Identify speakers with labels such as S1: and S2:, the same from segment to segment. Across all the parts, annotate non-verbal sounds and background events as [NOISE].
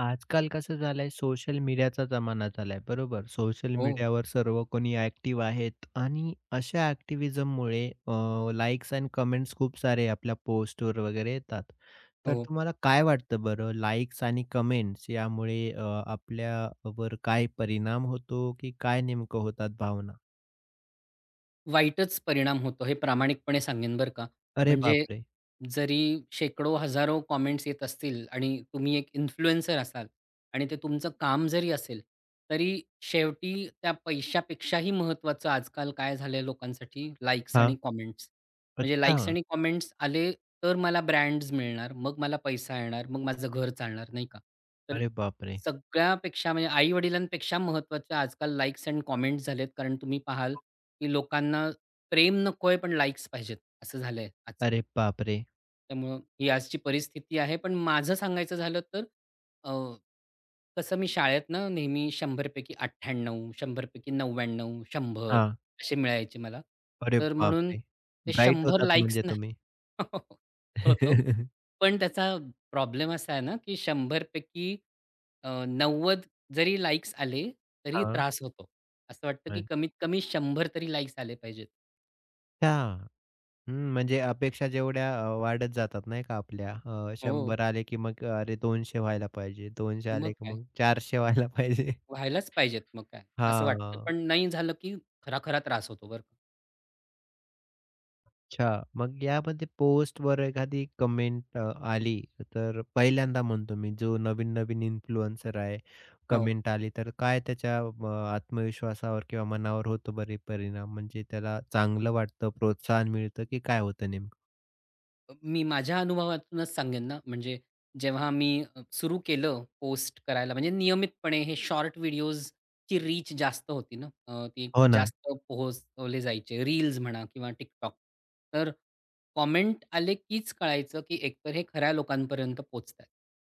S1: आजकाल कसं झालंय, सोशल मीडियाचा जमाना झालाय, बरोबर? सोशल
S2: हो,
S1: मीडियावर सर्व कोणी ॲक्टिव्ह आहेत आणि अशा ॲक्टिव्हिजममुळे लाइक्स अँड कमेंट्स खूप सारे आपल्या पोस्टवर वगैरे येतात. तर
S2: हो.
S1: तुम्हाला काय वाटतं बरं, लाइक्स आणि कमेंट्स यामुळे आपल्यावर काय परिणाम होतो, की काय नेमकं होतात भावना?
S2: वाईटच परिणाम होतो हे प्रामाणिकपणे सांगेन बरं का.
S1: अरे
S2: म्हणजे
S1: बापरे!
S2: जरी शेकडो, हजारो कॉमेंट्स येत असतील आणि तुम्ही एक इन्फ्लुएन्सर असाल आणि ते तुमचं काम जरी असेल, तरी शेवटी त्या पैशापेक्षाही महत्त्वाचं आजकाल काय झालंय लोकांसाठी लाइक्स
S1: हां.
S2: आणि कमेंट्स. म्हणजे
S1: अच्छा.
S2: लाइक्स आणि कमेंट्स आले तर मला ब्रँड्स मिळणार, मग मला पैसा येणार, मग माझं घर चालणार नाही का? तर
S1: अरे बापरे!
S2: सगळ्यापेक्षा म्हणजे आई-वडिलांपेक्षा महत्त्वाच्या आजकाल लाइक्स एंड कमेंट्स झालेत. कारण तुम्ही पाहाल की लोकांना प्रेम नकोय, पण लाइक्स पाहिजेत, असं झालंय आजकाल.
S1: अरे बापरे!
S2: त्यामुळं ही आजची परिस्थिती आहे. पण माझं सांगायचं झालं तर कसं मी शाळेतनं नेहमी 100 पैकी 98, 100 पैकी 99, 100
S1: हां.
S2: असे मिळायचे मला.
S1: अरे
S2: तर म्हणून
S1: बापरे!
S2: ते
S1: ब्राईट
S2: 100
S1: होतात
S2: लाइक्स
S1: म्हणजे तुम्ही.
S2: नाही [LAUGHS] होतो.
S1: [LAUGHS]
S2: पण त्याचा प्रॉब्लेम असा आहे ना, की 100 90 जरी लाइक्स आले तरी
S1: हां.
S2: त्रास होतो. असं वाटतं, की कमीत कमी 100 तरी लाइक्स आले पाहिजेत.
S1: अच्छा. हं, म्हणजे अपेक्षा जेवढ्या वाढत जातात नाही का आपल्या.
S2: हो.
S1: 100 आले की मग अरे 200 व्हायला पाहिजे, 200
S2: मग
S1: आले की
S2: काय
S1: मग 400 व्हायला पाहिजे. [LAUGHS]
S2: व्हायलाच पाहिजेत मग काय असं वाटतं.
S1: हां.
S2: पण नाही झालं, की खरा-खरा त्रास होतो बरं का.
S1: अच्छा. मग यामध्ये पोस्टवर एखादी कमेंट आली तर पहिल्यांदा म्हणतो मी जो नवीन-नवीन इन्फ्लुएन्सर आहे,
S2: हो.
S1: कमेंट आली तर काय त्याच्या आत्मविश्वासावर किंवा मनावर होतो बरे परिणाम? म्हणजे त्याला चांगलं वाटतं, प्रोत्साहन मिळतं की काय होतं नेमकं?
S2: मी माझ्या अनुभवातूनच सांगेन ना, म्हणजे जेव्हा मी सुरू केलं पोस्ट करायला, म्हणजे नियमितपणे हे शॉर्ट व्हिडिओजची रीच जास्त होती ना, ती
S1: हो ना.
S2: जास्त पोहोचवले जायचे. रील्स म्हणा किंवा TikTok. तर कॉमेंट आले कीच कळायचं, की एकतर हे खऱ्या लोकांपर्यंत पोहोचतायत.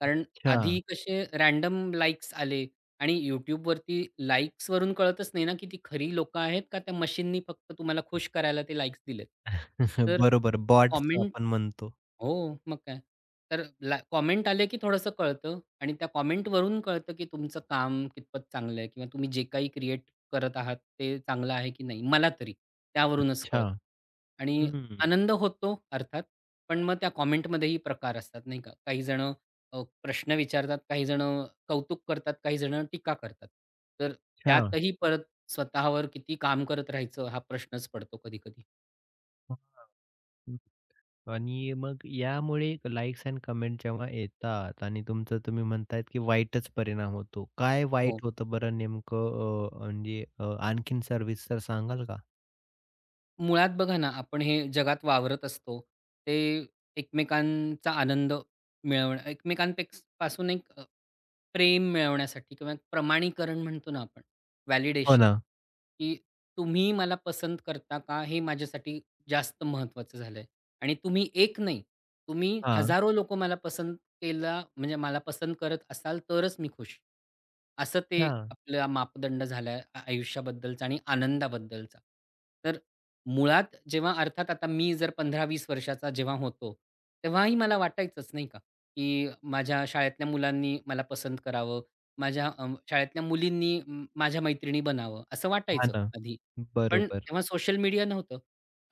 S2: कारण
S1: अच्छा.
S2: आधी कसे रँडम लाइक्स आले आणि YouTubeवरती लाइक्सवरून कळतच नाही ना, की ती खरी लोकं आहेत का त्या मशीननी फक्त तुम्हाला खुश करायला ते लाइक्स दिलेत.
S1: [LAUGHS]
S2: तर
S1: बरोबर, बॉट्स
S2: कॉमेंट
S1: आपण म्हणतो.
S2: हो, मग काय. तर कॉमेंट आले की थोडंसं कळतं आणि त्या कॉमेंटवरून कळतं की तुमचं काम कितपत चांगलं आहे किंवा तुम्ही जे काही क्रिएट करत आहात ते चांगलं आहे की नाही. मला तरी त्यावरूनच
S1: अच्छा.
S2: कळतं. आणि
S1: हं.
S2: आनंद होतो अर्थात, पण मग त्या कॉमेंटमध्येही प्रकार असतात नाही का. काही जणं प्रश्न विचारतात, काही जणं कौतुक करतात, काही जणं टीका करतात. तर
S1: अच्छा.
S2: त्यातही परत स्वतःवर किती काम करत राहायचं हा प्रश्नच पडतो कधी-कधी.
S1: हं. आणि मग यामुळे लाइक्स एंड कमेंट जेव्हा येतात आणि तुमचं तुम्ही म्हणतायत, की वाईटच परिणाम होतो. काय
S2: हो.
S1: वाईट होतं बरं नेमकं म्हणजे आणखीन सर्विस तर सांगाल का?
S2: मुळात बघा ना, आपण हे जगात वावरत असतो. ते एकमेकांचा आनंद मिळवणं पासून एक प्रेम मिळवण्यासाठी किंवा एक प्रमाणीकरण म्हणतो ना आपण,
S1: हो
S2: व्हॅलिडेशन,
S1: ना.
S2: की तुम्ही मला पसंत करता का? हे माझ्यासाठी जास्त महत्त्वाचं झालंय. आणि तुम्ही एक नाही, तुम्ही
S1: हां.
S2: हजारो लोकं मला पसंत केला म्हणजे मला पसंत करत असाल तरच मी खुश. असं ते
S1: हां.
S2: आपला मापदंड झाला आयुष्याबद्दलचा आणि आनंदाबद्दलचा. तर मुळात जेव्हा अर्थात आता मी जर 15-20 वर्षाचा जेव्हा होतो, तेव्हाही मला वाटायचंच नाही का, की माझ्या शाळेतल्या मुलांनी मला पसंत करावं, माझ्या शाळेतल्या मुलींनी माझ्या मैत्रिणी बनावं, असं
S1: हां
S2: वाटायचं
S1: ना.
S2: आधी. पण
S1: बरोबर,
S2: तेव्हा सोशल मीडिया नव्हतं.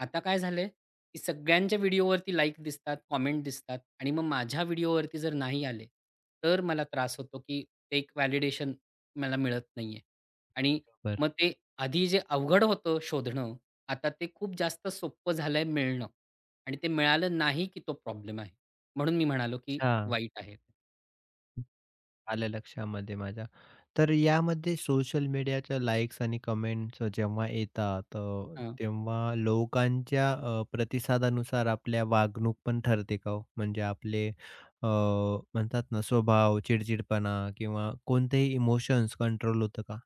S2: आता काय झालंय, की सगळ्यांच्या व्हिडिओवरती लाइक दिसतात, कॉमेंट दिसतात आणि मग माझ्या व्हिडिओवरती जर नाही आले, तर मला त्रास होतो, की ते एक व्हॅलिडेशन मला मिळत नाहीये. आणि
S1: बरोबर.
S2: मग ते आधी जे अवघड होतं शोधणं, आता ते खूप जास्त सोपं झालंय मिळणं आणि ते मिळालं नाही की तो प्रॉब्लेम आहे. म्हणून मी म्हणालो की
S1: अच्छा.
S2: वाईट आहे.
S1: आलं लक्षामध्ये माझ्या. तर यामध्ये सोशल मीडियाच्या लाइक्स आणि कमेंट्स जेव्हा येतात
S2: हां.
S1: तेव्हा लोकांच्या प्रतिसादानुसार आपल्या वागणूक पण ठरते का हो? म्हणजे आपले म्हणतात ना स्वभाव, चिडचिडपणा किंवा कोणतेही इमोशन्स कंट्रोल होतं का?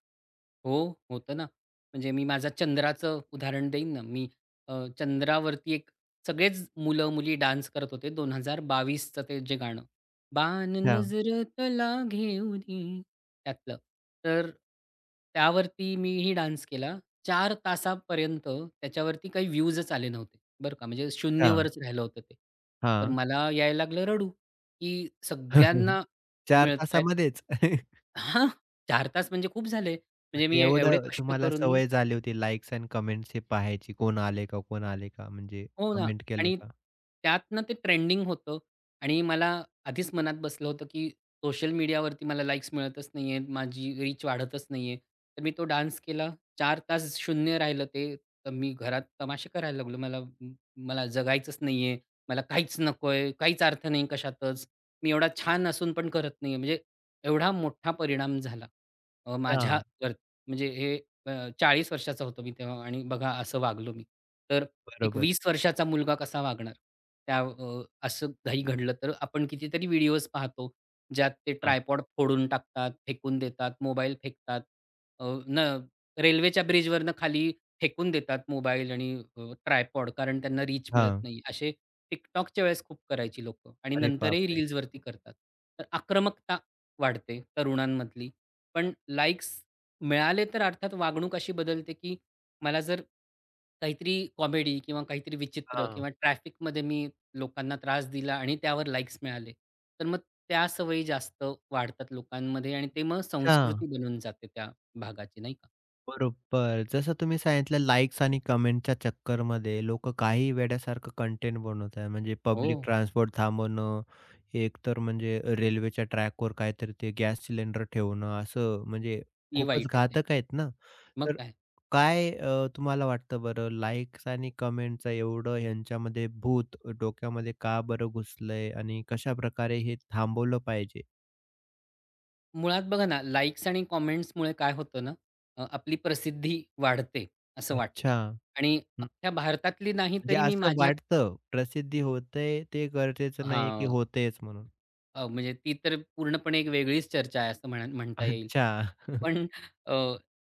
S2: हो, होतं ना. म्हणजे मी माझं चंद्राचं उदाहरण देईन ना. मी अ, चंद्रावरती एक सगळेच मुलं-मुली डान्स करत होते. 2022 चं ते जे गाणं, "बाण
S1: अच्छा,
S2: नजरेतला घेऊ दे" त्यातलं. तर त्यावरती मीही डान्स केला. 4 तासापर्यंत त्याच्यावरती काही व्ह्यूजच आले नव्हते, बरं का. म्हणजे
S1: अच्छा.
S2: शून्यवरच राहिलं होतं ते. तर
S1: हां.
S2: मला यायला लागलं रडू, की
S1: [LAUGHS]
S2: सगळ्यांना
S1: 4
S2: मिळतायत
S1: तासामध्येच? [LAUGHS]
S2: हां, 4 तास म्हणजे खूप झाले. म्हणजे
S1: म्हणजे
S2: मी एवढे
S1: एवढं
S2: कष्ट
S1: तुम्हाला
S2: करून
S1: सवय झाली होती लाइक्स अँड कमेंट्स हे पाहायची. कोण आले का, कोण आले का? म्हणजे
S2: हो ना
S1: कमेंट केले
S2: आणि
S1: का?
S2: त्यातनं ते ट्रेंडिंग होतं आणि मला आधीच मनात बसलं होतं, की सोशल मीडियावरती मला लाईक्स मिळतच नाही आहेत, माझी रीच वाढतच नाही आहे. तर मी तो डान्स केला. 4 तास शून्य राहिलं ते. तर मी घरात तमाशे करायला लागलो. मला मला जगायचंच नाही आहे. मला काहीच नको आहे. काहीच अर्थ नाही कशातच. मी एवढा छान असून पण करत नाही आहे. म्हणजे एवढा मोठा परिणाम झाला.
S1: अच्छा.
S2: माझ्यावर म्हणजे हे अ, वर्षाचा होतो मी तेव्हा आणि बघा असं वागलो मी. तर एक
S1: बरोबर.
S2: 20 वर्षाचा मुलगा कसा वागणार? त्या असं काही घडलं तर आपण कितीतरी व्हिडिओज पाहतो, ज्यात ते ट्रायपॉड फोडून टाकतात, फेकून देतात, मोबाईल फेकतात. अ, न रेल्वेच्या ब्रिजवरनं खाली फेकून देतात मोबाईल आणि ट्रायपॉड कारण त्यांना रीच मिळत
S1: हां.
S2: नाही. असे TikTokच्या वेळेस खूप करायची लोकं आणि
S1: अरे
S2: नंतरही
S1: बापरे!
S2: रील्सवरती करतात. तर आक्रमकता वाढते तरुणांमधली. पण लाइक्स मिळाले तर अर्थात वागणूक अशी बदलते, की मला जर काहीतरी कॉमेडी किंवा काहीतरी विचित्र
S1: हां.
S2: किंवा ट्रॅफिकमध्ये मी लोकांना त्रास दिला आणि त्यावर लाईक्स मिळाले, तर मग त्या सवयी जास्त वाढतात लोकांमध्ये आणि ते मग
S1: अच्छा.
S2: संस्कृती बनून जाते त्या भागाची, नाही का?
S1: बरोबर. जसं तुम्ही सांगितलं लाइक्स आणि कमेंटच्या चक्करमध्ये लोकं काही वेड्यासारखं कंटेंट बनवत आहे. म्हणजे
S2: हो.
S1: पब्लिक ट्रान्सपोर्ट थांबवणं, एक तर म्हणजे रेल्वेच्या ट्रॅकवर काहीतरी ते गॅस सिलेंडर ठेवणं, असं म्हणजे
S2: ही
S1: खूपच
S2: वाईट आहे ते.
S1: घातक आहेत ना.
S2: मग
S1: तर
S2: काय?
S1: काय तुम्हाला वाटतं बरं लाइक्स आणि कमेंटचं एवढं ह्यांच्यामध्ये भूत डोक्यामध्ये का बरं घुसलंय आणि कशाप्रकारे हे थांबवलं पाहिजे?
S2: मुळात बघा ना, लाईक्स आणि कमेंट्समुळे काय होतं ना, आपली प्रसिद्धी वाढते असं वाटतं
S1: अच्छा.
S2: आणि अख्ख्या भारतातली नाही
S1: म्हणजे
S2: तरी मी
S1: असं
S2: माझ्याच
S1: वाटतं प्रसिद्धी होतेय, ते गरजेचं नाहीये की
S2: हां.
S1: होतेच म्हणून.
S2: म्हणजे ती तर पूर्णपणे एक वेगळीच चर्चा आहे असं म्हणा म्हणता येईल.
S1: अच्छा.
S2: पण अ,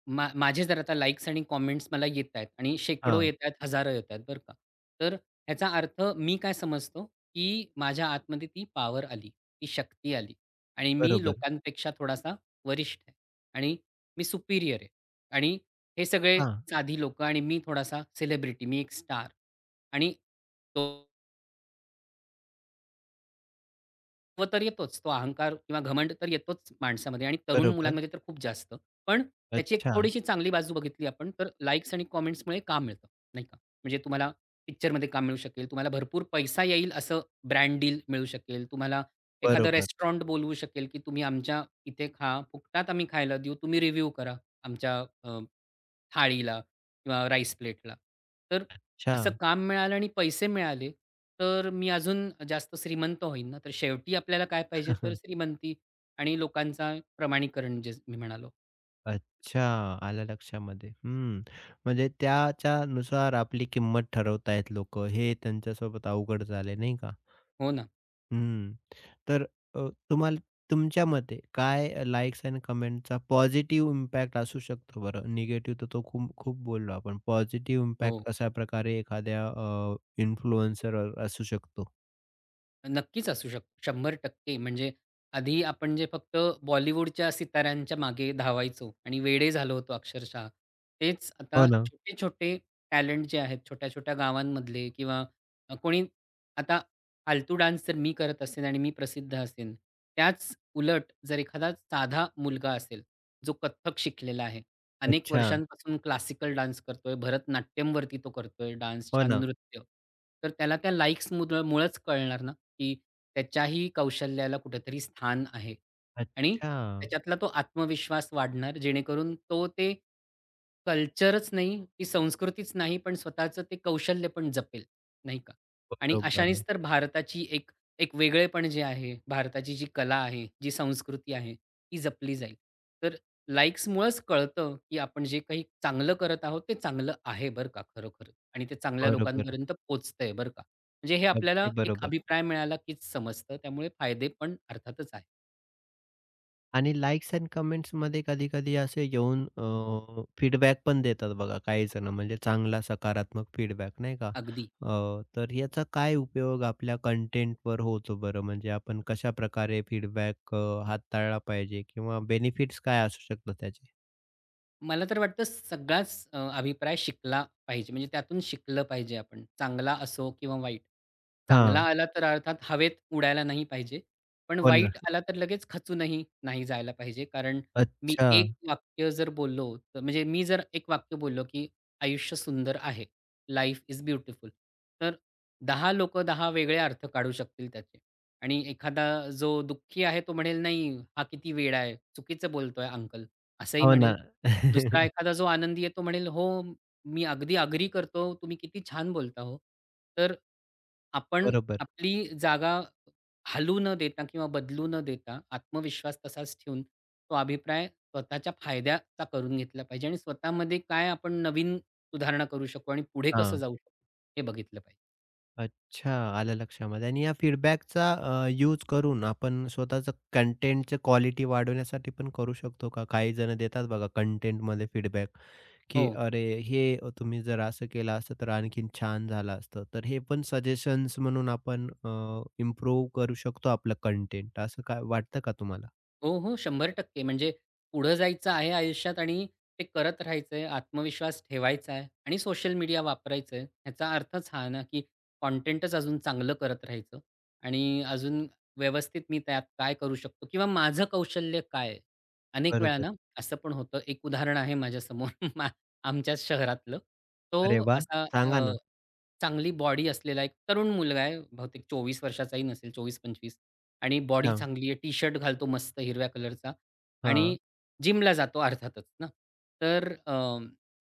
S2: माझे जर आता लाइक्स आणि कॉमेंट्स मला येतायत आणि शेकडो
S1: हां,
S2: येतायत, हजारो येतायत बरं का. तर ह्याचा अर्थ मी काय समजतो, की माझ्या आतमध्ये ती पॉवर आली, ती शक्ती आली आणि मी
S1: बरोबर.
S2: लोकांपेक्षा थोडासा वरिष्ठ आहे आणि मी सुपीरियर आहे आणि हे सगळे
S1: हां,
S2: साधी लोकं आणि मी थोडासा सेलिब्रिटी, मी एक स्टार आणि तो तो तर येतोच. तो अहंकार किंवा घमंड तर येतोच माणसामध्ये आणि तरुण
S1: बरोबर.
S2: मुलांमध्ये तर खूप जास्त. पण त्याची एक
S1: अच्छा,
S2: थोडीशी चांगली बाजू बघितली आपण तर लाइक्स आणि कमेंट्समुळे काम मिळतं, नाही का? म्हणजे तुम्हाला पिक्चरमध्ये काम मिळू शकेल, तुम्हाला भरपूर पैसा येईल असं ब्रँड डील मिळू शकेल, तुम्हाला एखादं
S1: बरोबर.
S2: रेस्टॉरंट बोलवू शकेल, की तुम्ही आमच्या इथे खा, फुकटात आम्ही खायला देऊ, तुम्ही रिव्ह्यू करा आमच्या थाळीला किंवा राईस प्लेटला. तर
S1: अच्छा.
S2: असं काम मिळालं आणि पैसे मिळाले, तर मी अजून जास्त श्रीमंत होईन ना. तर शेवटी आपल्याला काय पाहिजे तर श्रीमंती आणि लोकांचा प्रमाणीकरण जे मी म्हणालो.
S1: अच्छा, आलं लक्षामध्ये. हं, म्हणजे त्याच्यानुसार आपली किंमत ठरवतायत लोकं. हे त्यांच्यासोबत अवघड झाले नाही का?
S2: हो ना.
S1: हं. तर तुम्हाला तुमच्या मते काय लाइक्स आणि कमेंटचा पॉझिटिव्ह इम्पॅक्ट असू शकतो बरं? निगेटिव्ह तर तो खूप खूप बोललो आपण. पॉझिटिव्ह इम्पॅक्ट
S2: हो.
S1: कशाप्रकारे एखाद्या इन्फ्लुएन्सरवर असू शकतो?
S2: नक्कीच असू शकतो. 100% म्हणजे आधी आपण जे फक्त बॉलिवूडच्या सिताऱ्यांच्या मागे धावायचो आणि वेडे झालो होतो अक्षरशः. तेच
S1: हो
S2: आता
S1: ना.
S2: छोटे-छोटे टॅलेंट जे आहेत, छोट्या-छोट्या गावांमधले किंवा कोणी आता फालतू डान्स जर मी करत असेन आणि मी प्रसिद्ध असेन, त्याच उलट जर एखादा साधा मुलगा असेल, जो कथ्थक शिकलेला आहे, अनेक
S1: अच्छा.
S2: वर्षांपासून क्लासिकल डान्स करतोय, भरतनाट्यमवरती तो करतोय डान्स,
S1: हो
S2: छान
S1: ना.
S2: नृत्य. तर त्याला त्या लाइक्समुळं मुळंच कळणार ना, की त्याच्याही कौशल्याला कुठेतरी स्थान आहे आणि
S1: अच्छा.
S2: त्याच्यातला तो आत्मविश्वास वाढणार, जेणेकरून तो ते कल्चरच नाही, ती संस्कृतीच नाही, पण स्वतःचं ते कौशल्य पण जपेल, नाही का? आणि
S1: बरोबर
S2: अशानेच
S1: आहे.
S2: तर भारताची एक एक वेगळेपण जे आहे, भारताची जी कला आहे, जी संस्कृती आहे, ती जपली जाईल. तर लाइक्समुळेच कळतं, की आपण जे काही चांगलं करत आहोत, ते चांगलं आहे बरं का खरोखर आणि ते चांगल्या
S1: बरोबर.
S2: लोकांपर्यंत पोहोचतंय बरं का. म्हणजे हे आपल्याला
S1: अगदी
S2: एक
S1: बरोबर.
S2: अभिप्राय मिळाला, कीच समजतं. त्यामुळे फायदे पण अर्थातच आहेत.
S1: आणि लाइक्स एंड कमेंट्समध्ये कधी-कधी असे येऊन फीडबॅक पण देतात बघा काही जणं, म्हणजे चांगला सकारात्मक फीडबॅक नाही का?
S2: अगदी.
S1: तर याचा काय उपयोग आपल्या कंटेंटवर होतो बरं? म्हणजे आपण कशाप्रकारे फीडबॅक हाताळला पाहिजे किंवा बेनिफिट्स काय असू शकतात त्याचे?
S2: मला तर वाटतं सगळाच अभिप्राय शिकला पाहिजे. म्हणजे त्यातून शिकलं पाहिजे आपण. चांगला असो किंवा वाईट. चांगला
S1: हां.
S2: आला तर अर्थात हवेत उडायला नाही पाहिजे. पण
S1: हो ना.
S2: वाईट आला तर लगेच खचूनही नाही जायला पाहिजे. कारण मी
S1: अच्छा.
S2: एक वाक्य जर बोललो, तर म्हणजे मी जर एक वाक्य बोललो, की "आयुष्य सुंदर आहे. Life is beautiful." तर 10 लोकं 10 वेगळे अर्थ काढू शकतील त्याचे. आणि एखादा जो दुःखी आहे तो म्हणेल, "नाही, हा किती वेडा आहे. चुकीचं बोलतोय अंकल." असंही
S1: हो
S2: म्हणेल.
S1: ना.
S2: दुसरा
S1: [LAUGHS]
S2: एखादा जो आनंदी आहे तो म्हणेल, "हो, मी अगदी agree करतो. तुम्ही किती छान बोलता हो." तर आपण
S1: बरोबर.
S2: आपली जागा हलू न देता किंवा बदलू न देता आत्मविश्वास तसाच ठेवून तो अभिप्राय स्वतःच्या फायद्याचा करून घेतला पाहिजे आणि स्वतःमध्ये काय आपण नवीन सुधारणा करू शकू आणि पुढे कसं
S1: हां.
S2: जाऊ शकू हे बघितलं पाहिजे.
S1: अच्छा, आलं लक्षामध्ये आणि या फीडबॅकचा यूज करून आपण स्वतःचं कंटेंटचं क्वालिटी वाढवण्यासाठी पण करू शकतो का? काही जण देतात बघा कंटेंटमध्ये फीडबॅक,
S2: हो.
S1: की "अरे, हे तुम्ही जर असं केलं असतं तर आणखीन छान झालं असतं." तर हे पण सजेशन्स म्हणून आपण इम्प्रूव्ह करू शकतो आपलं कंटेंट असं काय वाटतं का तुम्हाला?
S2: हो, हो. 100% म्हणजे पुढं जायचं आहे आयुष्यात आणि ते करत राहायचंय, आत्मविश्वास ठेवायचा आहे आणि सोशल मीडिया वापरायचं आहे. ह्याचा अर्थच हा ना, की कंटेंटच अजून चांगलं करत राहायचं आणि अजून व्यवस्थित मी त्यात काय करू शकतो किंवा माझं कौशल्य काय आहे? अनेक वेळा
S1: बरोबर.
S2: ना, असं पण होतं. एक उदाहरण आहे माझ्यासमोर [LAUGHS] मा आमच्याच शहरातलं.
S1: अरे
S2: तो
S1: वाह!
S2: असा
S1: सांगा ना.
S2: चांगली बॉडी असलेला एक तरुण मुलगा आहे, बहुतेक 24 वर्षाचाही नसेल, 24-25 आणि बॉडी
S1: अच्छा.
S2: चांगली आहे. टी-शर्ट घालतो मस्त हिरव्या कलरचा
S1: हां.
S2: आणि जिमला जातो अर्थातच ना. तर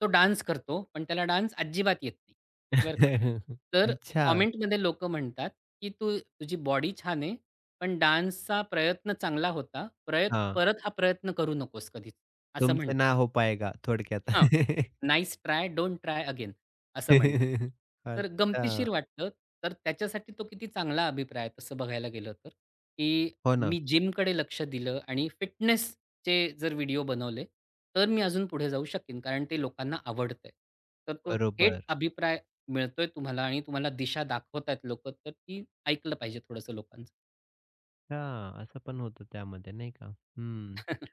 S2: तो डान्स करतो, पण त्याला डान्स अजिबात येत नाही, बरं का.
S1: [LAUGHS]
S2: तर
S1: अच्छा.
S2: कमेंटमध्ये लोकं म्हणतात, की "तू तुझी बॉडी छान आहे, पण डान्सचा प्रयत्न चांगला होता.
S1: हां.
S2: परत हा प्रयत्न करू नकोस कधीच," असं
S1: तुमसे ना
S2: म्हणतात.
S1: हो पाएगा थोडक्यात.
S2: हां.
S1: [LAUGHS]
S2: Nice try, don't try again असं म्हणतात.
S1: [LAUGHS]
S2: तर गमतीशीर
S1: अच्छा.
S2: वाटलं. तर त्याच्यासाठी तो किती चांगला अभिप्राय आहे तसं बघायला गेलं तर, की
S1: हो ना.
S2: मी जिमकडे लक्ष दिलं आणि फिटनेसचे जर व्हिडिओ बनवले, तर मी अजून पुढे जाऊ शकेन कारण ते लोकांना आवडतंय. तर तो थेट
S1: बरोबर.
S2: अभिप्राय मिळतोय तुम्हाला आणि तुम्हाला दिशा दाखवत आहेत लोकं, तर ती ऐकलं पाहिजे थोडंसं लोकांचं.
S1: हां, असं पण होतं त्यामध्ये नाही का? हं.
S2: [LAUGHS]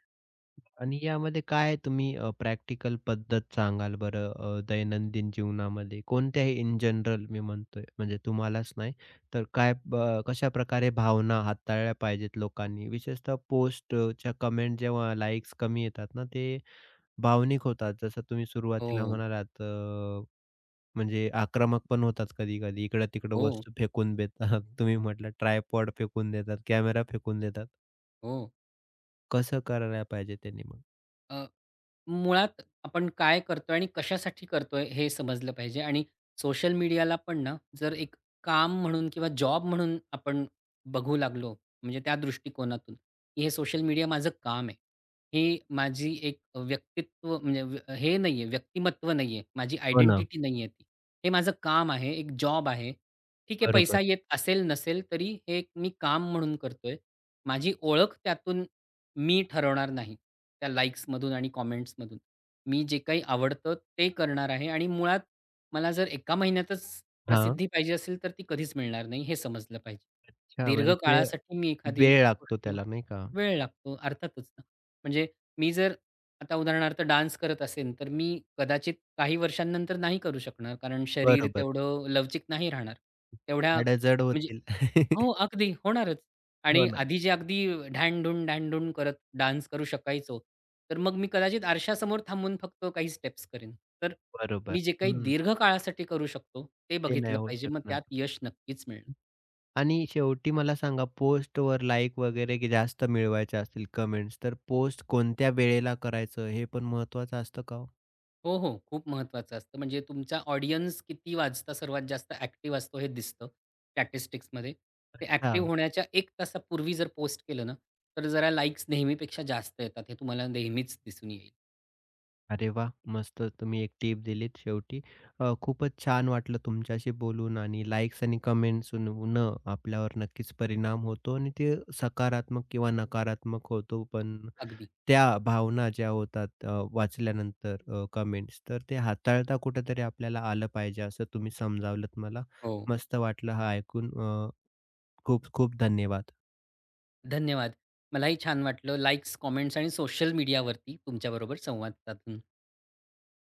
S1: आणि यामध्ये काय तुम्ही प्रॅक्टिकल पद्धत सांगाल बरं दैनंदिन जीवनामध्ये कोणत्याही इन जनरल मी म्हणतोय म्हणजे तुम्हालाच नाही तर काय कशाप्रकारे भावना हाताळल्या पाहिजेत लोकांनी विशेषतः पोस्टच्या कमेंट जेव्हा लाइक्स कमी येतात ना, ते भावनिक होतात. जसं तुम्ही सुरुवातीला
S2: हो,
S1: म्हणालात म्हणजे आक्रमक पण होतात कधी-कधी. इकडं-तिकडं
S2: हो,
S1: वस्तू फेकून देतात. [LAUGHS] तुम्ही म्हटलं ट्रायपॉड फेकून देतात, कॅमेरा फेकून देतात.
S2: हो.
S1: कसं करायला पाहिजे त्यांनी मग?
S2: मुळात आपण काय करतोय आणि कशासाठी करतोय हे समजलं पाहिजे आणि सोशल मीडियाला पण ना जर एक काम म्हणून किंवा जॉब म्हणून आपण बघू लागलो म्हणजे त्या दृष्टिकोनातून की हे सोशल मीडिया माझं काम आहे. हे माझी एक व्यक्तित्व म्हणजे व्य हे नाहीये, व्यक्तिमत्व नाहीये. माझी
S1: हो ना,
S2: आयडेंटिटी नाहीये ती. हे माझं काम आहे, एक जॉब आहे. ठीक आहे पैसा
S1: बरोबर.
S2: येत असेल, नसेल तरी हे एक मी काम म्हणून करतोय. माझी ओळख त्यातून मी ठरवणार नाही. त्या लाइक्समधून आणि कमेंट्समधून. मी जे काही आवडतं ते करणार आहे आणि मुळात मला जर एका महिन्यातच
S1: हां.
S2: प्रसिद्धी पाहिजे असेल तर ती कधीच मिळणार नाही हे समजलं पाहिजे.
S1: अच्छा
S2: दीर्घ
S1: म्हणजे ते
S2: काळासाठी मी एखादी
S1: वेळ लागतो
S2: गोष्ट
S1: त्याला नाही का?
S2: वेळ लागतो अर्थातच ना. म्हणजे मी जर आता उदाहरणार्थ डान्स करत असेन, तर मी कदाचित काही वर्षांनंतर नाही करू शकणार कारण शरीर
S1: बरोबर.
S2: तेवढं लवचिक नाही राहणार. तेवढ्या
S1: हाडं जड
S2: म्हणजे
S1: होतील.
S2: हो,
S1: [LAUGHS]
S2: अगदी होणारच.
S1: हो
S2: आणि
S1: ना,
S2: आधी जे अगदी ढांढून, ढांढून करत डान्स करू शकायचो, तर मग मी कदाचित आरशासमोर थांबून फक्त काही स्टेप्स करेन. तर मी
S1: बरोबर.
S2: जे काही
S1: हं,
S2: दीर्घ काळासाठी करू शकतो, ते
S1: ते नाही
S2: बघितलं
S1: होऊ
S2: पाहिजे. मग
S1: शकणार.
S2: त्यात यश नक्कीच मिळेल.
S1: आणि शेवटी मला सांगा पोस्टवर लाइक वगैरे की जास्त मिळवायचे असतील कमेंट्स, तर पोस्ट कोणत्या वेळेला करायचं हे पण महत्त्वाचं असतं का हो?
S2: हो, हो. खूप महत्वाचं असतं. म्हणजे तुमचा ऑडियन्स किती वाजता सर्वात जास्त ॲक्टिव्ह असतो हे दिसतं स्टॅटिस्टिक्समध्ये. ते ॲक्टिव्ह होण्याच्या 1 तासापूर्वी जर पोस्ट केलं ना, तर जरा लाइक्स नेहमीपेक्षा जास्त येतात. हे तुम्हाला नेहमीच दिसून येईल.
S1: अरे वा, मस्त तुम्ही एक टिप दिलीत शेवटी. खूपच छान वाटलं तुमच्याशी बोलून आणि लाइक्स आणि कमेंट्स न आपल्यावर नक्कीच परिणाम होतो आणि ते सकारात्मक किंवा नकारात्मक होतो. पण
S2: अगदी.
S1: त्या भावना ज्या होतात वाचल्यानंतर कमेंट्स तर ते हाताळता कुठेतरी आपल्याला आलं पाहिजे असं तुम्ही समजावलंत मला.
S2: हो.
S1: मस्त वाटलं हा ऐकून. खूप खूप धन्यवाद.
S2: धन्यवाद. मलाही छान वाटलं. लाइक्स, कॉमेंट्स आणि सोशल मीडियावरती तुमच्याबरोबर संवाद साधून.